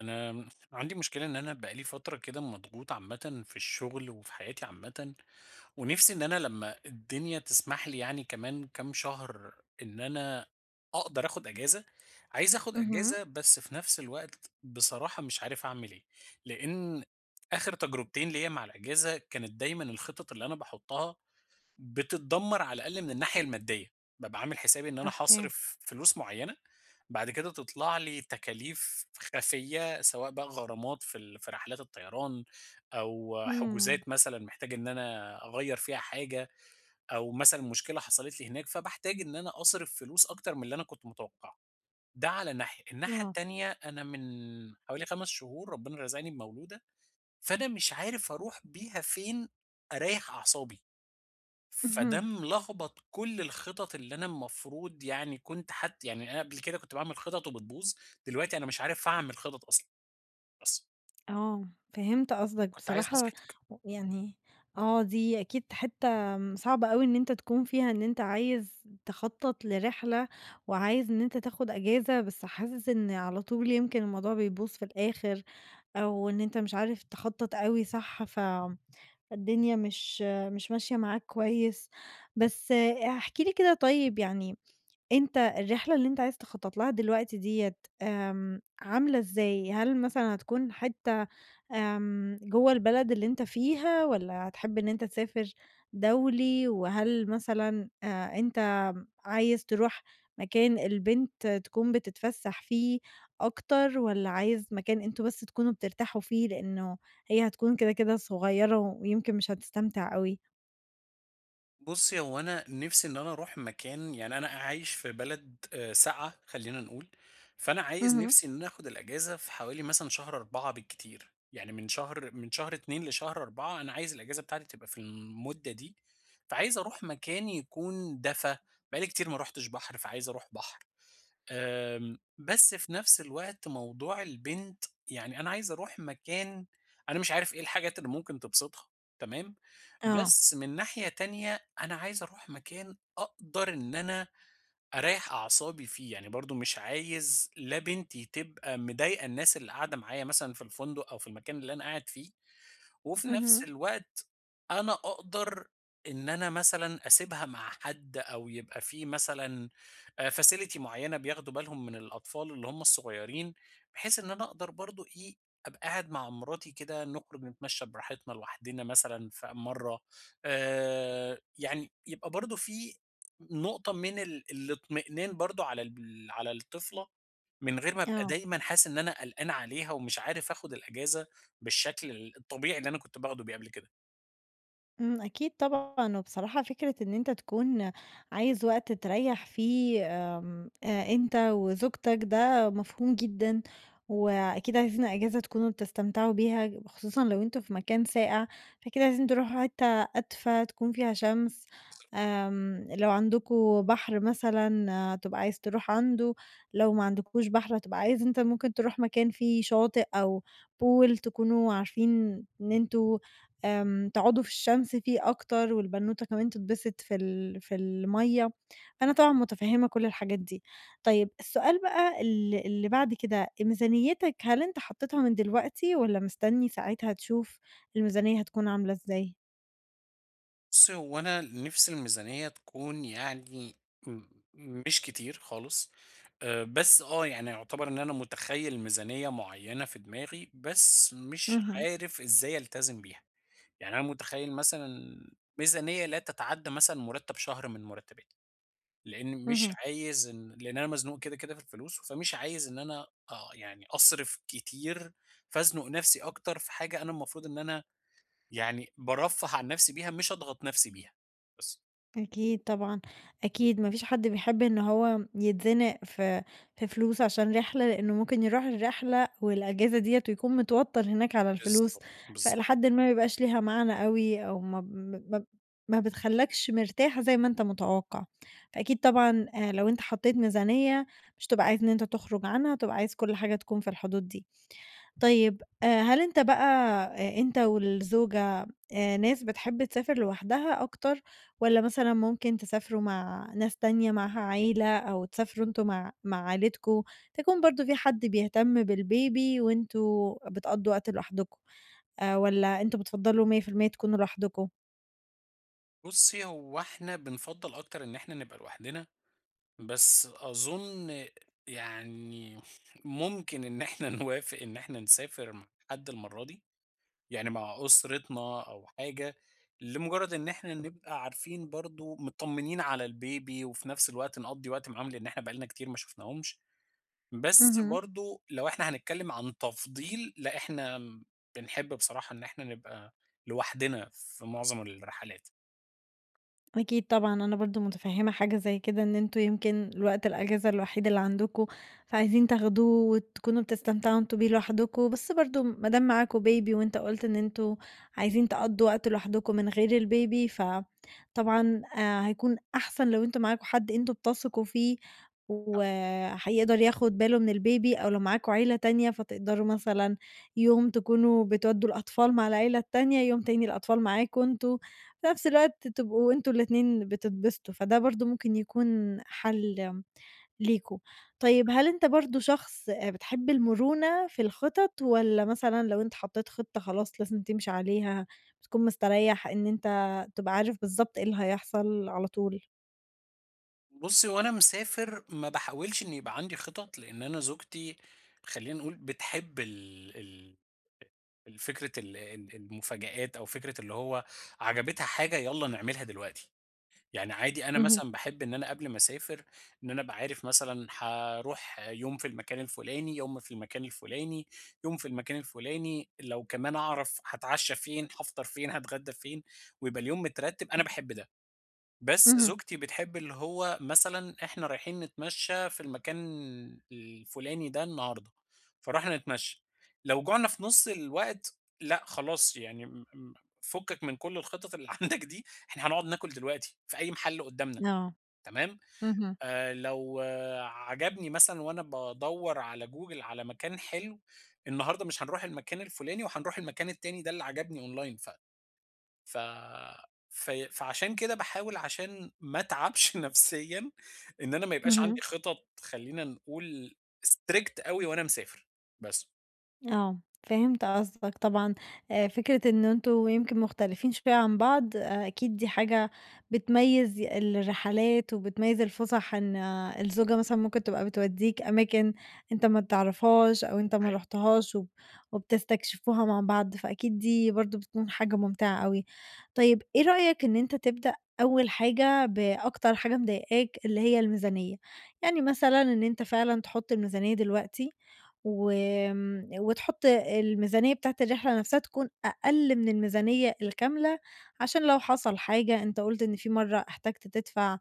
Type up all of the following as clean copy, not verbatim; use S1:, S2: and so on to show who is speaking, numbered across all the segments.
S1: أنا عندي مشكلة إن أنا بقى لي فترة كده مضغوط عامةً في الشغل وفي حياتي عامةً، ونِفْسي إن أنا لمّا الدنيا تسمح لي يعني كمان كام شهر إن أنا أقدر آخُد أجازة، عايز آخُد
S2: اهم،
S1: أجازة بس في نَفْس الوقت بصراحة مش عارف أعمل إيه، لإن آخِر تجربتين ليّا مع الأجازة كانت دايمًا الخطط اللي أنا باحُطّها بتتدمر على الأقل من الناحية المادية، بابقى عامل حسابي إن أنا
S2: أوكي،
S1: هاصرف فلوس معيّنة، بعد كده تطلع لي تكاليف خفية سواء بقى غرامات في رحلات الطيران أو
S2: إمم،
S1: حجوزات مثلًا محتاج إن أنا أغيّر فيها حاجة أو مثلًا مشكلة حصلت لي هناك، فباحتاج إن أنا أصرف فلوس أكتر من اللي أنا كنت متوقعه، ده على ناحية، الناحية
S2: آه،
S1: التانية أنا من حوالي 5 شهور ربنا رزقني بمولودة، فأنا مش عارف أروح بيها فين أريّح أعصابي. فده
S2: اهم،
S1: ملخبط كل الخطط اللي أنا المفروض يعني كنت حتى يعني أنا قبل كده كنت باعمل خطط وبتبوظ، دلوقتي أنا مش عارف أعمل خطط أصلًا، بس
S2: آه، فهمت قصدك
S1: كنت عايز
S2: بصراحة
S1: نصيحتك.
S2: يعني دي أكيد حتّة صعبة أوي إن أنت تكون فيها إن أنت عايز تخطّط لرحلة، وعايز إن أنت تاخد أجازة، بس حاسس إن على طول يمكن الموضوع بيبوظ في الآخر، أو إن أنت مش عارف تخطّط أوي صح، فالدنيا مش مش ماشية معاك كويس، بس احكِ لي كده طيب، يعني أنت الرحلة اللي أنت عايز تخطّط لها دلوقتي ديّة عاملة إزاي؟ هل مثلًا هتكون حتّة جوّه البلد اللي أنت فيها والّا هتحب إن أنت تسافر دولي؟ وهل مثلًا أنت عايز تروح مكان البنت تكون بتتفسّح فيه أكتر والّا عايز مكان أنتم بس تكونوا بترتاحوا فيه لإنه هي هتكون كده صغيّرة ويمكن مش هتستمتع أوي؟
S1: بُصّي، هو أنا نِفْسي إن أنا أروح مكان يعني أنا عايش في بلد ساقعة خلّينا نقول، فأنا عايز
S2: اهم.
S1: نِفْسي إن أنا آخُد الأجازة في حوالي مثلًا شهر 4 بالكتير، يعني من شهر 2 لشهر 4 أنا عايز الأجازة بتاعتي تبقى في المدة دي، فعايز أروح مكان يكون دفا، بقى لي كتير ما رُحتش بحر، فعايز أروح بحر. بس في نفس الوقت موضوع البنت يعني أنا عايز أروح مكان أنا مش عارف إيه الحاجات اللي ممكن تبسطها، تمام،
S2: آه.
S1: بس من ناحية تانية أنا عايز أروح مكان أقدر إن أنا أريّح أعصابي فيه، يعني برضه مش عايز لا بنتي تبقى مضايقة الناس اللي قاعدة معايا مثلًا في الفندق أو في المكان اللي أنا قاعد فيه، وفي نفس
S2: اهم.
S1: الوقت أنا أقدر إن أنا مثلًا أسيبها مع حد أو يبقى في مثلًا facility معيّنة بياخدوا بالهم من الأطفال اللي هم الصغيرين، بحيث إن أنا أقدر برضه إيه، أبقى قاعد مع مراتي كده نخرج نتمشى براحتنا لوحدنا مثلًا ف مرّة، يعني يبقى برضه في نقطة من الاطمئنان برضه على الطفلة، من غير ما أبقى
S2: آه.
S1: دايمًا حاسس إن أنا قلقان عليها ومش عارف آخد الأجازة. بالشكل الطبيعي اللي أنا كنت باخده بيه قبل كده.
S2: أكيد طبعًا، وبصراحة فكرة إن أنت تكون عايز وقت تريّح فيه، آمم، أنت وزوجتك ده مفهوم جدًا، وأكيد عايزين أجازة تكونوا بتستمتعوا بيها، خصوصًا لو أنتم في مكان ساقع، فأكيد عايزين تروحوا حتة أدفى تكون فيها شمس، لو عندكم بحر مثلًا هتبقى عايز تروح عنده، لو ما عندكوش بحر هتبقى عايز أنت ممكن تروح مكان فيه شاطئ أو pool تكونوا عارفين إن أنتم، تقعدوا في الشمس فيه أكتر، والبنوتة كمان تتبسط في في المَيّة، أنا طبعًا مُتفهمة كل الحاجات دي. طيب السؤال بقى اللي بعد كده، ميزانيتك هل أنت حطيتها من دلوقتي والّا مستني ساعتها تشوف الميزانية هتكون عاملة إزاي؟
S1: بُص، هو أنا نِفْسي الميزانية تكون يعني م مش كتير خالص، بس يعني يُعتبر إن أنا مُتخيّل ميزانية معيّنة في دماغي، بس مش
S2: اهم،
S1: عارف إزاي ألتزم بيها. يعني أنا مُتخيّل مثلًا ميزانية لا تتعدّى مثلًا مُرتّب شهر من مُرتّباتي، لإن مش
S2: اهم.
S1: عايز إن لإن أنا مزنوق كده في الفلوس، فمش عايز إن أنا يعني أصرف كتير فأزنُق نَفْسي أكتر في حاجة أنا المفروض إن أنا يعني بارفّه عن نفسي بيها، مش أضغط نفسي بيها، بس.
S2: أكيد طبعًا، أكيد ما فيش حد بيحب إن هو يتزنق في فلوس عشان رحلة، لإنه ممكن يروح الرحلة والأجازة ديّة ويكون متوتر هناك على الفلوس،
S1: بالضبط، بالضبط.
S2: فإلى حدٍ ما ما بيبقاش ليها معنى أوي أو ما ما بتخلّكش مرتاح زي ما أنت متوقع، فأكيد طبعًا لو أنت حطيت ميزانية مش هتبقى عايز إن أنت تخرج عنها، هتبقى عايز كل حاجة تكون في الحدود دي. طيب هل أنت بقى أنت والزوجة ناس بتحب تسافر لوحدها أكتر، والّا مثلًا ممكن تسافروا مع ناس تانية معاها عيلة أو تسافروا أنتم مع عيلتكم، تكون برضه في حد بيهتم بالبيبي وأنتم بتقضّوا وقت لوحدكم، والّا أنتم بتفضّلوا 100% تكونوا لوحدكم؟
S1: بُصّي، هو إحنا بنفضّل أكتر إن إحنا نبقى لوحدنا، بس أظن يعني ممكن إن إحنا نوافق إن إحنا نسافر مع حد المرّة دي، يعني مع أسرتنا أو حاجة، لمجرّد إن إحنا نبقى عارفين برضه متطمنين على الbaby وفي نفس الوقت نقضّي وقت معاهم، لإن إحنا بقى لنا كتير ما شُفناهمش. بس
S2: اهم.
S1: برضه لو إحنا هنتكلم عن تفضيل، لأ إحنا بنحب بصراحة إن إحنا نبقى لوحدنا في معظم الرحلات.
S2: أكيد طبعًا، أنا برضه متفهّمة حاجة زي كده، إن أنتم يمكن الوقت الأجازة الوحيد اللي عندكم، فعايزين تاخدوه وتكونوا بتستمتعوا أنتم بيه لوحدكم، بس برضه ما دام معاكم baby وأنت قُلت إن أنتم عايزين تقضّوا وقت لوحدكم من غير الbaby، فطبعًا هيكون أحسن لو أنتم معاكم حد أنتم بتثقوا فيه وهيقدر ياخد باله من الbaby، أو لو معاكم عيلة تانية فتقدروا مثلًا يوم تكونوا بتودّوا الأطفال مع العيلة التانية، يوم تاني الأطفال معاكم أنتم. في نفس الوقت تبقوا أنتم الاتنين بتتبسطوا، فده برضه ممكن يكون حل ليكم. طيب هل أنت برضه شخص بتحب المرونة في الخطط، والّا مثلًا لو أنت حطيت خطة خلاص لازم تمشي عليها، بتكون مستريّح إن أنت تبقى عارف بالضبط إيه اللي هيحصل على طول؟
S1: بُصّي، وأنا مسافر ما باحاولش إن يبقى عندي خطط، لإن أنا زوجتي خلّينا نقول بتحب ال ال الفكرة ال ال المفاجآت أو فكرة اللي هو عجبتها حاجة يالّا نعملها دلوقتي. يعني عادي أنا
S2: اهم،
S1: مثلًا باحب إن أنا قبل ما أسافر، إن أنا أبقى عارف مثلًا هاروح يوم في المكان الفلاني، يوم في المكان الفلاني، يوم في المكان الفلاني، لو كمان أعرف هاتعشى فين، هافطر فين، هاتغدى فين، ويبقى اليوم مترتب، أنا باحب ده. بس
S2: اهم.
S1: زوجتي بتحب اللي هو مثلًا إحنا رايحين نتمشى في المكان الفلاني ده النهارده، فرُحنا نتمشى، لو جوعنا في نُص الوقت لأ خلاص يعني م م فُكّك من كل الخطط اللي عندك دي، إحنا هنقعد ناكل دلوقتي في أي محل قدامنا
S2: آه،
S1: تمام،
S2: اهم،
S1: لو آه عجبني مثلًا وأنا بادوّر على جوجل على مكان حلو، النهارده مش هنروح المكان الفلاني وهنروح المكان التاني ده اللي عجبني أونلاين ف ف في فعشان كده باحاول عشان ما اتعبش نفسيًا، إن أنا ما يبقاش عندي
S2: اهم.
S1: خطط خلّينا نقول strict أوي وأنا مسافر، بس
S2: آه، فهمت قصدك طبعًا، فكرة إن أنتم يمكن مختلفين شوية عن بعض، أكيد دي حاجة بتميّز الرحلات وبتميّز الفُسح، إن الزوجة مثلًا ممكن تبقى بتودّيك أماكن أنت ما تعرفهاش أو أنت ما
S1: حقيقي.
S2: رُحتهاش، وبتستكشفوها مع بعض، فأكيد دي برضه بتكون حاجة ممتعة أوي. طيب إيه رأيك إن أنت تبدأ أول حاجة بأكتر حاجة مضايقاك، اللي هي الميزانية، يعني مثلًا إن أنت فعلًا تحُط الميزانية دلوقتي، وتحط الميزانية بتاعة الرحلة نفسها تكون أقل من الميزانية الكاملة، عشان لو حصل حاجة أنت قُلت إن في مرّة احتجت تدفع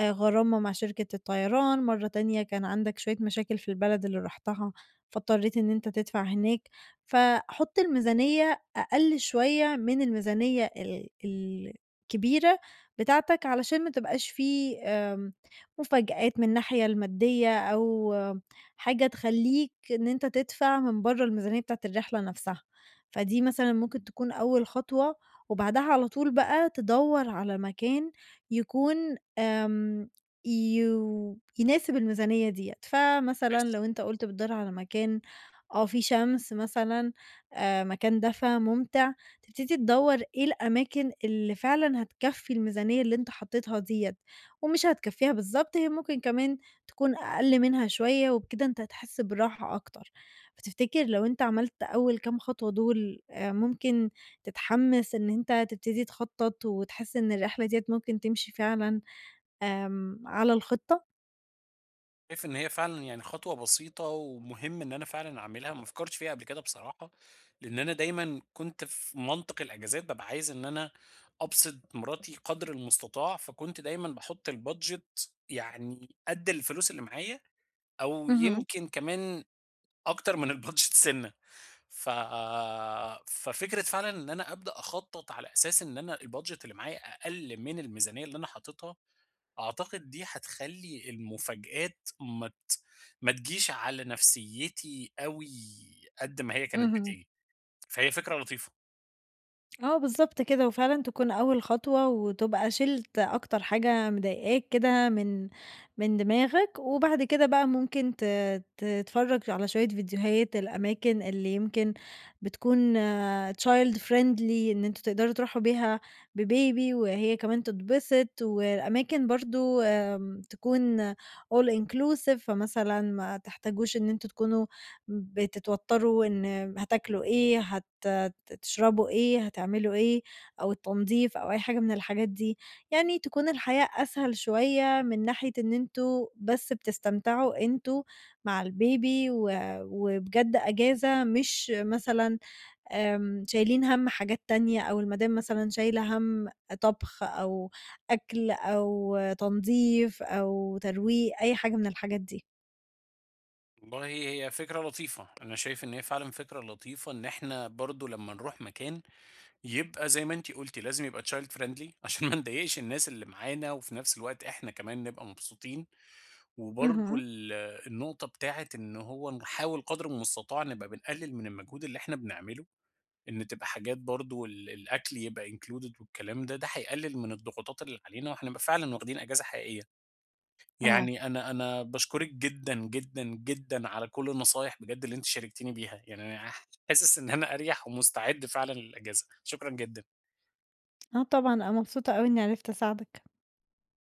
S2: غرامة مع شركة الطيران، مرّة تانية كان عندك شوية مشاكل في البلد اللي رُحتها، فاضطريت إن أنت تدفع هناك، فحُط الميزانية أقل شوية من الميزانية الكبيرة بتاعتك، علشان ما تبقاش في مفاجآت من الناحية المادية أو حاجة تخلّيك إن أنت تدفع من برّه الميزانية بتاعة الرحلة نفسها، فدي مثلًا ممكن تكون أول خطوة، وبعدها على طول بقى تدوّر على مكان يكون آمم يو يناسب الميزانية ديّة، فمثلًا
S1: كويس.
S2: لو أنت قُلت بتدوّر على مكان فيه شمس مثلًا، مكان دفا ممتع، تبتدي تدوّر إيه الأماكن اللي فعلًا هتكفّي الميزانية اللي أنت حطيتها ديّة، ومش هتكفّيها بالضبط، هي ممكن كمان تكون أقل منها شوية، وبكده أنت هتحس براحة أكتر، فتفتكر لو أنت عملت أول كام خطوة دول ممكن تتحمس إن أنت تبتدي تخطط وتحس إن الرحلة ديّة ممكن تمشي فعلًا على الخطة؟
S1: شايف إن هي فعلًا يعني خطوة بسيطة ومهم إن أنا فعلًا أعملها، ما فكرتش فيها قبل كده بصراحة، لإن أنا دايمًا كنت في منطق الأجازات بابقى عايز إن أنا أبسط مراتي قدر المستطاع، فكنت دايمًا باحط البادجت يعني قد الفلوس اللي معايا أو
S2: اهم،
S1: يمكن كمان أكتر من البادجت سِنّة. ف ففكرة فعلًا إن أنا أبدأ أخطّط على أساس إن أنا البادجت اللي معايا أقل من الميزانية اللي أنا حاططها، أعتقد دي هتخلّي المفاجآت ما تجيش على نفسيتي أوي قد ما هي كانت
S2: اهم.
S1: بتيجي، فهي فكرة لطيفة،
S2: آه، بالضبط كده، وفعلًا تكون أول خطوة وتبقى شِلت أكتر حاجة مضايقاك كده من دماغك، وبعد كده بقى ممكن تتفرّج على شوية فيديوهات الأماكن اللي يمكن بتكون child friendly إن أنتم تقدروا تروحوا بيها بbaby وهي كمان تتبسط، والأماكن برضه تكون all inclusive، فمثلًا ما تحتاجوش إن أنتم تكونوا بتتوتّروا إن هتاكلوا إيه، تشربوا إيه، هتعملوا إيه، أو التنضيف أو أي حاجة من الحاجات دي، يعني تكون الحياة أسهل شوية من ناحية إن أنتم بس بتستمتعوا أنتم مع البيبي وبجد أجازة، مش مثلًا شايلين هَم حاجات تانية أو المدام مثلًا شايلة هَم طبخ أو أكل أو تنضيف أو ترويق، أي حاجة من الحاجات دي.
S1: والله هي فكرة لطيفة، أنا شايف إن هي فعلًا فكرة لطيفة إن إحنا برضه لمّا نروح مكان يبقى زي ما أنتِ قُلتِ لازم يبقى child friendly عشان ما نضايقش الناس اللي معانا، وفي نفس الوقت إحنا كمان نبقى مبسوطين. وبرضه
S2: اهم،
S1: النقطة بتاعة إن هو نحاول قدر المستطاع نبقى بنقلل من المجهود اللي إحنا بنعمله، إن تبقى حاجات برضه الأكل يبقى included والكلام ده، ده هيقلل من الضغوطات اللي علينا وهنبقى فعلًا واخدين أجازة حقيقية.
S2: آه،
S1: يعني أنا باشكرِك جدًا، جدًا، جدًا على كل النصايح بجد اللي أنتِ شاركتيني بيها، يعني أنا حاسس إن أنا أريح ومستعد فعلًا للأجازة، شكرًا جدًا.
S2: آه طبعًا، أنا مبسوطة أوي إني عرفت أساعدك.